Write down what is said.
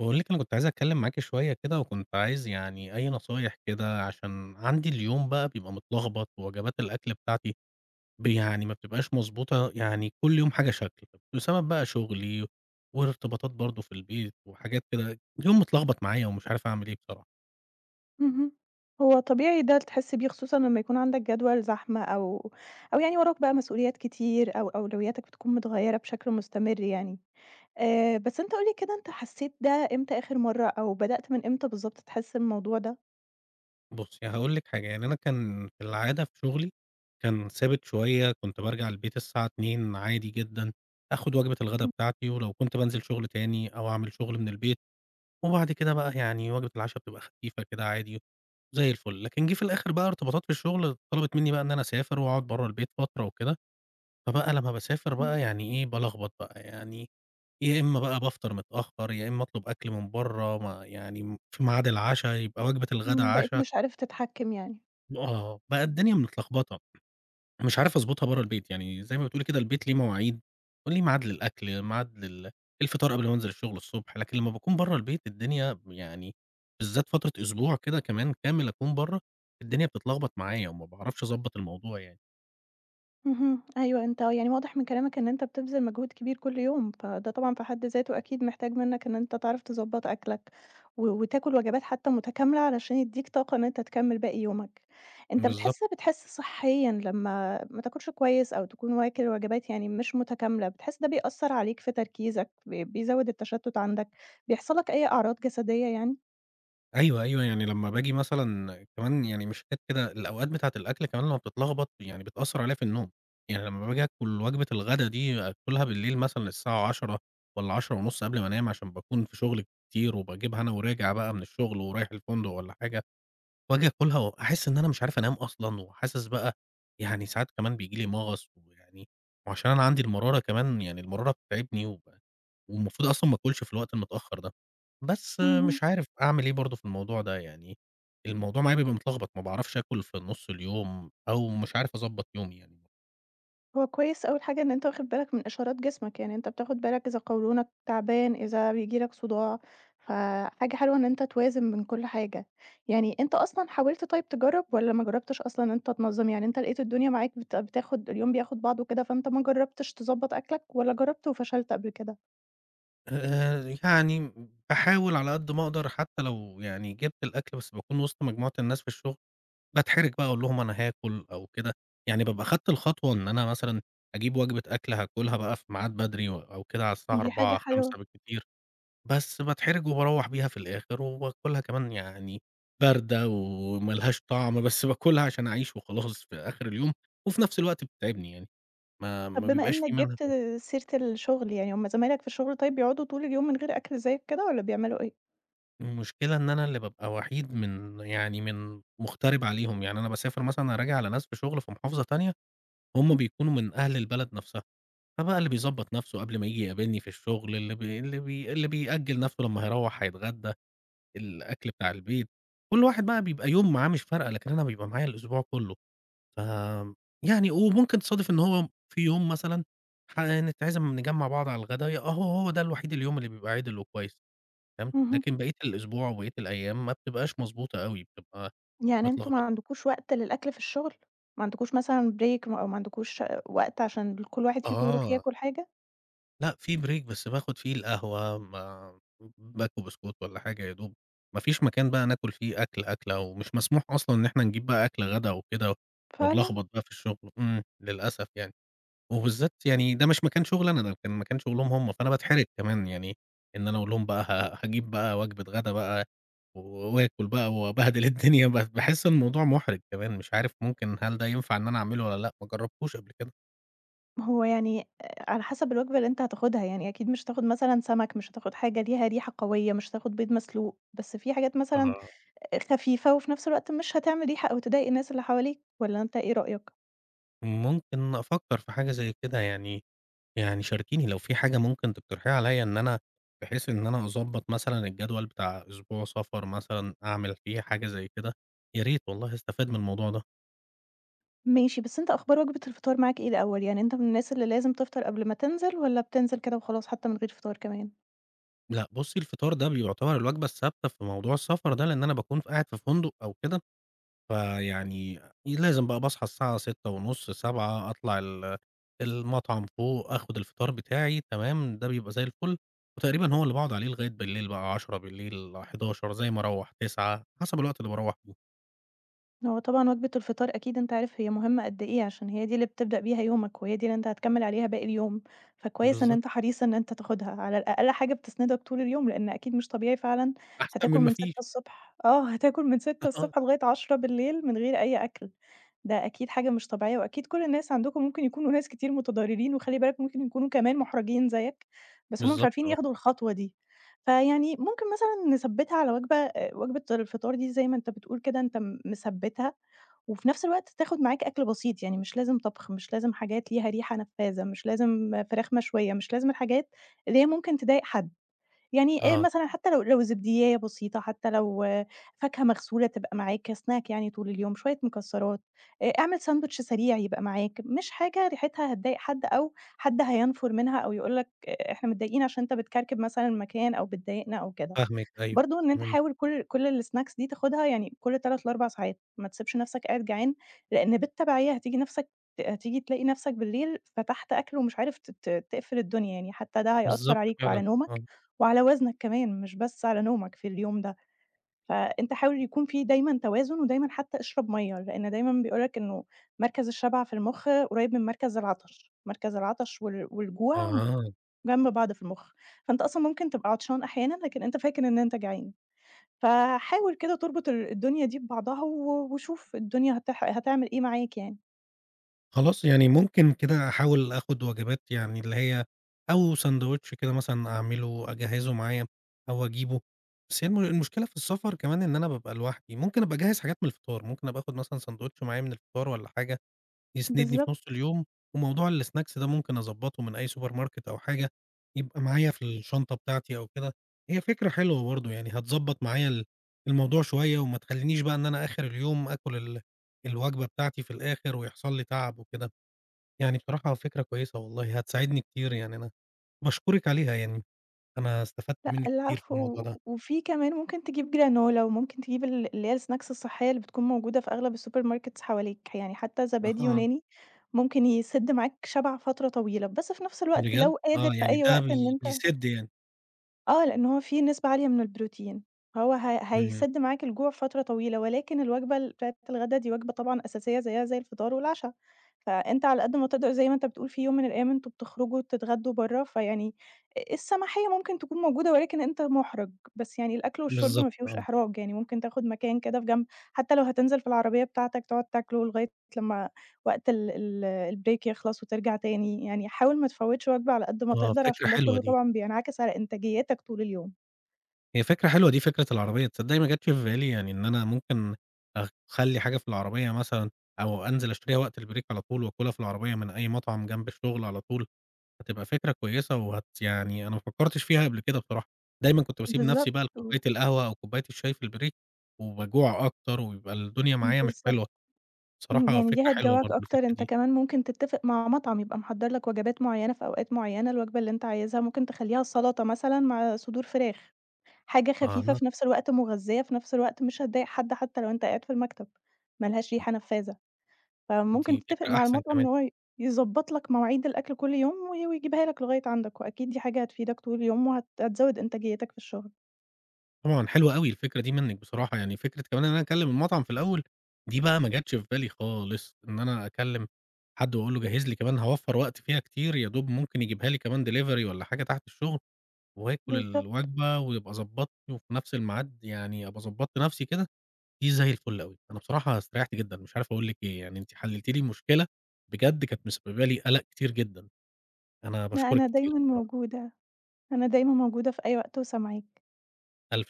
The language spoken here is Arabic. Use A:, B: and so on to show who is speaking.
A: باقول لِك أنا كنت عايز أتكلّم معاكِ شوية كده، وكنت عايز يعني أي نصايح كده، عشان عندي اليوم بقى بيبقى متلخبط، ووجبات الأكل بتاعتي يعني ما بتبقاش مضبوطة، يعني كل يوم حاجة شكل، بسبب بقى شغلي وارتباطات برضه في البيت وحاجات كده، اليوم متلخبط معايا ومش عارف أعمل إيه بصراحة.
B: اهم. هو طبيعي ده تحس بيه خصوصًا لمّا يكون عندك جدول زحمة أو يعني وراك بقى مسؤوليات كتير أو أولوياتك بتكون متغيّرة بشكل مستمر يعني. بس أنت قُل لي كده أنت حسّيت ده إمتى آخر مرّة أو بدأت من إمتى بالضبط تحس الموضوع ده؟
A: بُصّي هاقول لِك حاجة، يعني أنا كان في العادة في شغلي كان ثابت شوية، كنت بارجع البيت الساعة 14:00 عادي جدًا، آخُد وجبة الغدا بتاعتي، ولو كنت بانزل شغل تاني أو أعمل شغل من البيت وبعد كده بقى يعني وجبة العشا بتبقى خفيفة كده عادي زي الفل، لكن جِه في الآخر بقى ارتباطات في الشغل طلبت منّي بقى إن أنا أسافر وأقعد برّه البيت فترة وكده، فبقى لمّا باسافر
B: إمم،
A: بقى يعني إيه، بالخبط بقى، يعني يا إمّا بقى بافطر متأخّر، يا إمّا أطلب أكل من برّه ما يعني في ميعاد العشا، يبقى وجبة الغدا
B: إمم، بقيت
A: عشا،
B: مش عارف تتحكّم يعني؟
A: آه، بقى الدنيا متلخبطة. مش عارف أضبطها برّه البيت، يعني زي ما بتقولي كده البيت ليه مواعيد، وليه ميعاد للأكل، ميعاد لل إيه الفطار قبل ما أنزل الشغل الصبح، لكن لمّا باكون برّه البيت الدنيا يعني بالذات فترة أسبوع كده كمان كامل أكون برّه، الدنيا بتتلخبط معايا وما باعرفش أضبّط الموضوع يعني.
B: اهم. أيوه، أنت يعني واضح من كلامك إن أنت بتبذل مجهود كبير كل يوم، فده طبعًا في حد ذاته أكيد محتاج منّك إن أنت تعرف تضبّط أكلك، و وتاكل وجبات حتى متكاملة علشان يدّيك طاقة إن أنت تكمّل باقي يومك. أنت
A: بالضبط.
B: بتحس صحيًا لمّا ما تاكلش كويس أو تكون واكل وجبات يعني مش متكاملة، بتحس ده بيأثّر عليك في تركيزك، بيزوّد التشتُّت عندك، بيحصل لك أي أعراض جسدية يعني؟
A: أيوه، أيوه، يعني لمّا باجي مثلًا كمان يعني مش حكاية كده، الأوقات بتاعة الأكل كمان لمّا بتتلخبط يعني بتأثّر عليَّ في النوم، يعني لمّا باجي آكل وجبة الغدا دي آكلها بالليل مثلًا الساعة 22:00 والّا 22:30 قبل ما أنام عشان باكون في شغل كتير وباجيبها أنا وراجع بقى من الشغل ورايح الفندق والّا حاجة. وآجي آكلها وأحس إن أنا مش عارف أنام أصلًا، وحاسس بقى يعني ساعات كمان بييجي لي مغص، ويعني وعشان أنا عندي المرارة كمان يعني المرارة بتتعبني، والمفروض أصلًا ما آكلش في الوقت المتأخر ده، بس
B: اهم.
A: مش عارف أعمل إيه برضه في الموضوع ده، يعني الموضوع معايا بيبقى متلخبط، ما باعرفش آكل في نُص اليوم، أو مش عارف أضبّط يومي يعني.
B: هو كويس أول حاجة إن أنت واخد بالك من إشارات جسمك، يعني أنت بتاخد بالك إذا قولونك تعبان، إذا بييجي لك صداع، فحاجة حلوة إن أنت توازن بين كل حاجة. يعني أنت أصلًا حاولت طيب تجرّب والّا ما جرّبتش أصلًا إن أنت تنظّم؟ يعني أنت لقيت الدنيا معاك بتاخد اليوم بياخد بعضه كده، فأنت ما جرّبتش تضبّط أكلك والّا جرّبت وفشلت قبل كده؟
A: يعني باحاول على قد ما أقدر حتى لو يعني جِبت الأكل، بس باكون وسط مجموعة الناس في الشغل. باتحرج بقى أقول لهم أنا هاكل أو كده، يعني بابقى خدت الخطوة إن أنا مثلًا أجيب وجبة أكل هاكلها بقى في ميعاد بدري و أو كده على الساعة
B: دي حاجة
A: 16:00،
B: حلوة.
A: 17:00 بالكتير، بس باتحرج وباروّح بيها في الآخر وباكلها كمان يعني باردة وما لهاش طعم، بس باكلها عشان أعيش وخلاص في آخر اليوم، وفي نفس الوقت بتتعبني يعني، ما
B: طب
A: ما
B: بما
A: بيبقاش
B: إنك
A: في منها
B: جبت
A: فايدة.
B: سيرة الشغل، يعني هم زمايلك في الشغل طيب بيقعدوا طول اليوم من غير أكل زيك كده والّا بيعملوا إيه؟
A: المشكلة إن أنا اللي بابقى وحيد من يعني من مغترب عليهم، يعني أنا باسافر مثلًا أراجع على ناس في شغل في محافظة تانية، هُم
B: إمم.
A: بيكونوا من أهل البلد نفسها. فبقى اللي بيضبّط نَفْسه قبل ما ييجي يقابلني في الشغل، اللي بيأجّل نَفْسه لمّا هيروّح هيتغدى، الأكل بتاع البيت، كل واحد بقى بيبقى يوم معاه مش فارقة، لكن أنا بيبقى معايا الأسبوع كُلّه، ف يعني وممكن تصادف إن هو في يوم مثلًا نتعزم نجمّع بعض على الغدا أهو هو ده الوحيد اليوم اللي بيبقى عِدِل وكويس، تمام،
B: اهم.
A: لكن بقية الأسبوع وبقية الأيام ما بتبقاش مضبوطة أوي، بتبقى
B: يعني أنتم ما
A: متلخبطة.
B: عندكوش وقت للأكل في الشغل؟ ما عندكوش مثلًا break أو ما عندكوش وقت عشان كل واحد فيكم يروح
A: آه.
B: ياكل حاجة؟
A: لأ، في break بس باخد فيه القهوة ما باكو بسكوت والّا حاجة يا دوب، ما فيش مكان بقى ناكل فيه أكل، أكلة ومش مسموح أصلًا إن إحنا نجيب بقى أكل غدا وكده
B: فعلًا!
A: ونلخبط بقى في الشغل، إمم، للأسف يعني، وبالذات يعني ده مش مكان شغل أنا، ده كان مكان شغلهم هم، فأنا باتحرج كمان يعني إن أنا أقول لهم بقى هاجيب بقى وجبة غدا بقى وآكل بقى وأبهدل الدنيا، باحس الموضوع محرج كمان، مش عارف ممكن هل ده ينفع إن أنا أعمله والّا لأ، ما جربتوش قبل كده.
B: هو يعني على حسب الوجبة اللي أنت هتاخدها، يعني أكيد مش هتاخد مثلًا سمك، مش هتاخد حاجة ليها ريحة قوية، مش هتاخد بيض مسلوق، بس في حاجات مثلًا
A: آه.
B: خفيفة وفي نفس الوقت مش هتعمل ريحة أو تضايق الناس اللي حواليك، والّا أنت إيه رأيك؟
A: ممكن أفكر في حاجة زي كده يعني يعني شاركيني لو في حاجة ممكن تقترحيها عليّا إن أنا بحيث إن أنا أضبّط مثلًا الجدول بتاع أسبوع سفر مثلًا أعمل فيه حاجة زي كده، يا ريت والله هاستفاد من الموضوع ده.
B: ماشي، بس أنت أخبار وجبة الفطار معاك إيه الأول؟ يعني أنت من الناس اللي لازم تفطر قبل ما تنزل والّا بتنزل كده وخلاص حتى من غير فطار كمان؟
A: لأ بُصّي الفطار ده بيُعتبر الوجبة الثابتة في موضوع السفر ده، لإن أنا باكون ف قاعد في فندق أو كده، فيعني لازم بقى باصحى الساعة 06:30، 07:00 أطلع المطعم فوق، آخُد الفطار بتاعي تمام، ده بيبقى زي الفل، وتقريبًا هو اللي باقعد عليه لغاية بالليل بقى 22:00 بالليل، 23:00 زي ما أروّح 21:00 حسب الوقت اللي باروّح فيه.
B: هو طبعًا وجبة الفطار أكيد أنت عارف هي مهمة قد إيه، عشان هي دي اللي بتبدأ بيها يومك، وهي دي اللي أنت هتكمّل عليها باقي اليوم، فكويس إن
A: بالضبط،
B: أنت حريص إن أنت تاخدها، على الأقل حاجة بتسندك طول اليوم، لإن أكيد مش طبيعي فعلًا
A: أحسن
B: هتاكل
A: من ما
B: من
A: فيش.
B: 6:00 ص آه، هتاكل من 6:00 ص
A: آه،
B: لغاية 22:00 من غير أي أكل، ده أكيد حاجة مش طبيعية، وأكيد كل الناس عندكم ممكن يكونوا ناس كتير متضررين، وخلي بالك ممكن يكونوا كمان مُحرجين زيك، بس هُم مش
A: بالضبط
B: عارفين
A: آه،
B: ياخدوا الخطوة دي. فيعني ممكن مثلًا نثبّتها على وجبة وجبة الفطار دي زي ما أنت بتقول كده أنت مثبّتها، وفي نفس الوقت تاخد معاك أكل بسيط، يعني مش لازم طبخ، مش لازم حاجات ليها ريحة نفاذة، مش لازم فراخ مشوية، مش لازم الحاجات اللي هي ممكن تضايق حد. يعني
A: آه،
B: مثلًا حتى لو زبديّاية بسيطة، حتى لو آه، فاكهة مغسولة تبقى معاك snack يعني طول اليوم، شوية مكسرات، اعمل ساندوتش سريع يبقى معاك، مش حاجة ريحتها هتضايق حد أو حد هينفُر منها أو يقول لك إحنا متضايقين عشان أنت بتكركب مثلًا المكان أو بتضايقنا أو كده.
A: فاهمِك أيوه،
B: برضه إن أنت
A: تمام،
B: حاول كل الsnacks دي تاخدها يعني كل 3 ل4 ساعات، ما تسيبش نَفْسك قاعد جعان، لإن بالتبعية هتيجي نَفْسك هتيجي تلاقي نَفْسك بالليل فتحت أكل ومش عارف ت ت تقفل الدنيا يعني، حتى ده هيأثّر
A: بالضبط
B: عليك وعلى
A: فعلًا،
B: نومك
A: آه،
B: وعلى وزنك كمان، مش بس على نومك في اليوم ده. فأنت حاول يكون في دايمًا توازن ودايمًا حتى اشرب مَيّة، لإن دايمًا بيقول لك إنه مركز الشبع في المُخ قريب من مركز العطش، مركز العطش والجوع
A: آه،
B: جنب بعض في المُخ، فأنت أصلًا ممكن تبقى عطشان أحيانًا، لكن أنت فاكر إن أنت جعان. فحاول كده تربط الدنيا دي ببعضها وشوف الدنيا هتعمل إيه معاك يعني.
A: خلاص يعني ممكن كده أحاول آخد وجبات يعني اللي هي أو ساندوتش كده مثلًا أعمله أجهّزه معايا أو أجيبه، بس هي المشكلة في السفر كمان إن أنا بابقى لوحدي، ممكن أبقى أجهّز حاجات من الفطار، ممكن أبقى آخد مثلًا ساندوتش معايا من الفطار والّا حاجة يسندني في
B: بالضبط،
A: نُص اليوم، وموضوع الsnacks ده ممكن أضبّطه من أي سوبر ماركت أو حاجة، يبقى معايا في الشنطة بتاعتي أو كده، هي فكرة حلوة برضه، يعني هتضبّط معايا الموضوع شوية، وما تخلّينيش بقى إن أنا آخر اليوم آكل الوجبة بتاعتي في الآخر ويحصل لي تعب وكده، يعني بصراحة فكرة كويسة والله، هتساعدني كتير يعني أنا باشكرِك عليها يعني، أنا استفدت
B: لأ
A: منِّك كتير في
B: العفو،
A: الموضوع ده.
B: وفي كمان ممكن تجيب جرانولا، وممكن تجيب اللي هي الsnacks الصحية اللي بتكون موجودة في أغلب الsupermarkets حواليك، يعني حتى زبادي
A: آه،
B: يوناني ممكن يسد معاك شبع فترة طويلة، بس في نفس الوقت
A: بجد؟
B: لو قادر
A: آه،
B: في
A: يعني
B: أي
A: ده
B: وقت إن أنت
A: بيسِد يعني.
B: آه، لإن هو فيه نسبة عالية من البروتين، فهو
A: إمم،
B: هيسِد معاك الجوع فترة طويلة، ولكن الوجبة بتاعة الغدا دي وجبة طبعًا أساسية زيها زي الفطار والعشا، فأنت على قد ما تقدر زي ما أنت بتقول في يوم من الأيام أنتم بتخرجوا تتغدوا برّه، فيعني السماحية ممكن تكون موجودة ولكن أنت مُحرَج، بس يعني الأكل والشرب
A: بالضبط
B: ما فيهوش
A: آه،
B: إحراج، يعني ممكن تاخد مكان كده في جنب، حتى لو هتنزل في العربية بتاعتك تقعد تاكله لغاية لمّا وقت ال ال الbreak يخلص وترجع تاني، يعني حاول ما تفوّتش وجبة على قد ما
A: آه،
B: تقدر
A: فكرة
B: عشان ده
A: حلوة
B: كلّه
A: دي.
B: طبعًا بينعكس على إنتاجيتك طول اليوم.
A: هي فكرة حلوة دي فكرة العربية، تصدّقي ما جاتش في بالي يعني إن أنا ممكن أخلّي حاجة في العربية مثلًا أو أنزل أشتريها وقت البريك على طول وآكلها في العربية من أي مطعم جنب الشغل على طول، هتبقى فكرة كويسة يعني أنا ما فكّرتش فيها قبل كده بصراحة، دايمًا كنت باسيب نَفْسي
B: بالضبط،
A: بقى لكوباية القهوة أو كوباية الشاي في البريك وباجوع أكتر ويبقى الدنيا معايا مش حلوة،
B: بالضبط. إمم،
A: بصراحة
B: يعني دي
A: فكرة حلوة
B: هتجوّعك
A: برضه
B: أكتر،
A: الفكرة
B: أنت
A: دي.
B: كمان ممكن تتّفق مع مطعم يبقى محضّر لك وجبات معيّنة في أوقات معيّنة، الوجبة اللي أنت عايزها ممكن تخلّيها سَلطة مثلًا مع صدور فراخ، حاجة خفيفة
A: أها،
B: في نفس الوقت مغذية، في نفس الوقت مش هتضايق حد حتى لو أنت قاعد في المكتب، ما لهاش ريحة نفّاذة. فممكن
A: دي
B: تتّفق
A: فكرة
B: مع
A: أحسن
B: المطعم
A: كمان.
B: إن هو يضبّط لك مواعيد الأكل كل يوم ويجيبها لك لغاية عندك، وأكيد دي حاجة هتفيدك طول اليوم هتزوّد إنتاجيتك في الشغل.
A: طبعًا حلوة أوي الفكرة دي منِّك بصراحة، يعني فكرة كمان إن أنا أكلّم المطعم في الأول، دي بقى ما جاتش في بالي خالص، إن أنا أكلّم حد وأقول له جهّز لي كمان هاوفّر وقت فيها كتير، يا دوب ممكن يجيبها لي كمان delivery والّا حاجة تحت الشغل، وآكل
B: بالضبط،
A: الوجبة ويبقى ضبّطني وفي نفس الميعاد يعني أبقى ضبّطت نفسي كده، دي زي الفل أوي. أنا بصراحة استريّحت جدًا، مش عارف أقول لِك إيه، يعني أنتِ حلّلتِ لي مشكلة بجد كانت مسببة لي قلق كتير جدًا، أنا
B: لأ
A: باشكرِك
B: أنا
A: كتير
B: دايمًا
A: بصراحة.
B: موجودة، أنا دايمًا موجودة في أي وقت وسامعاك.
A: ألف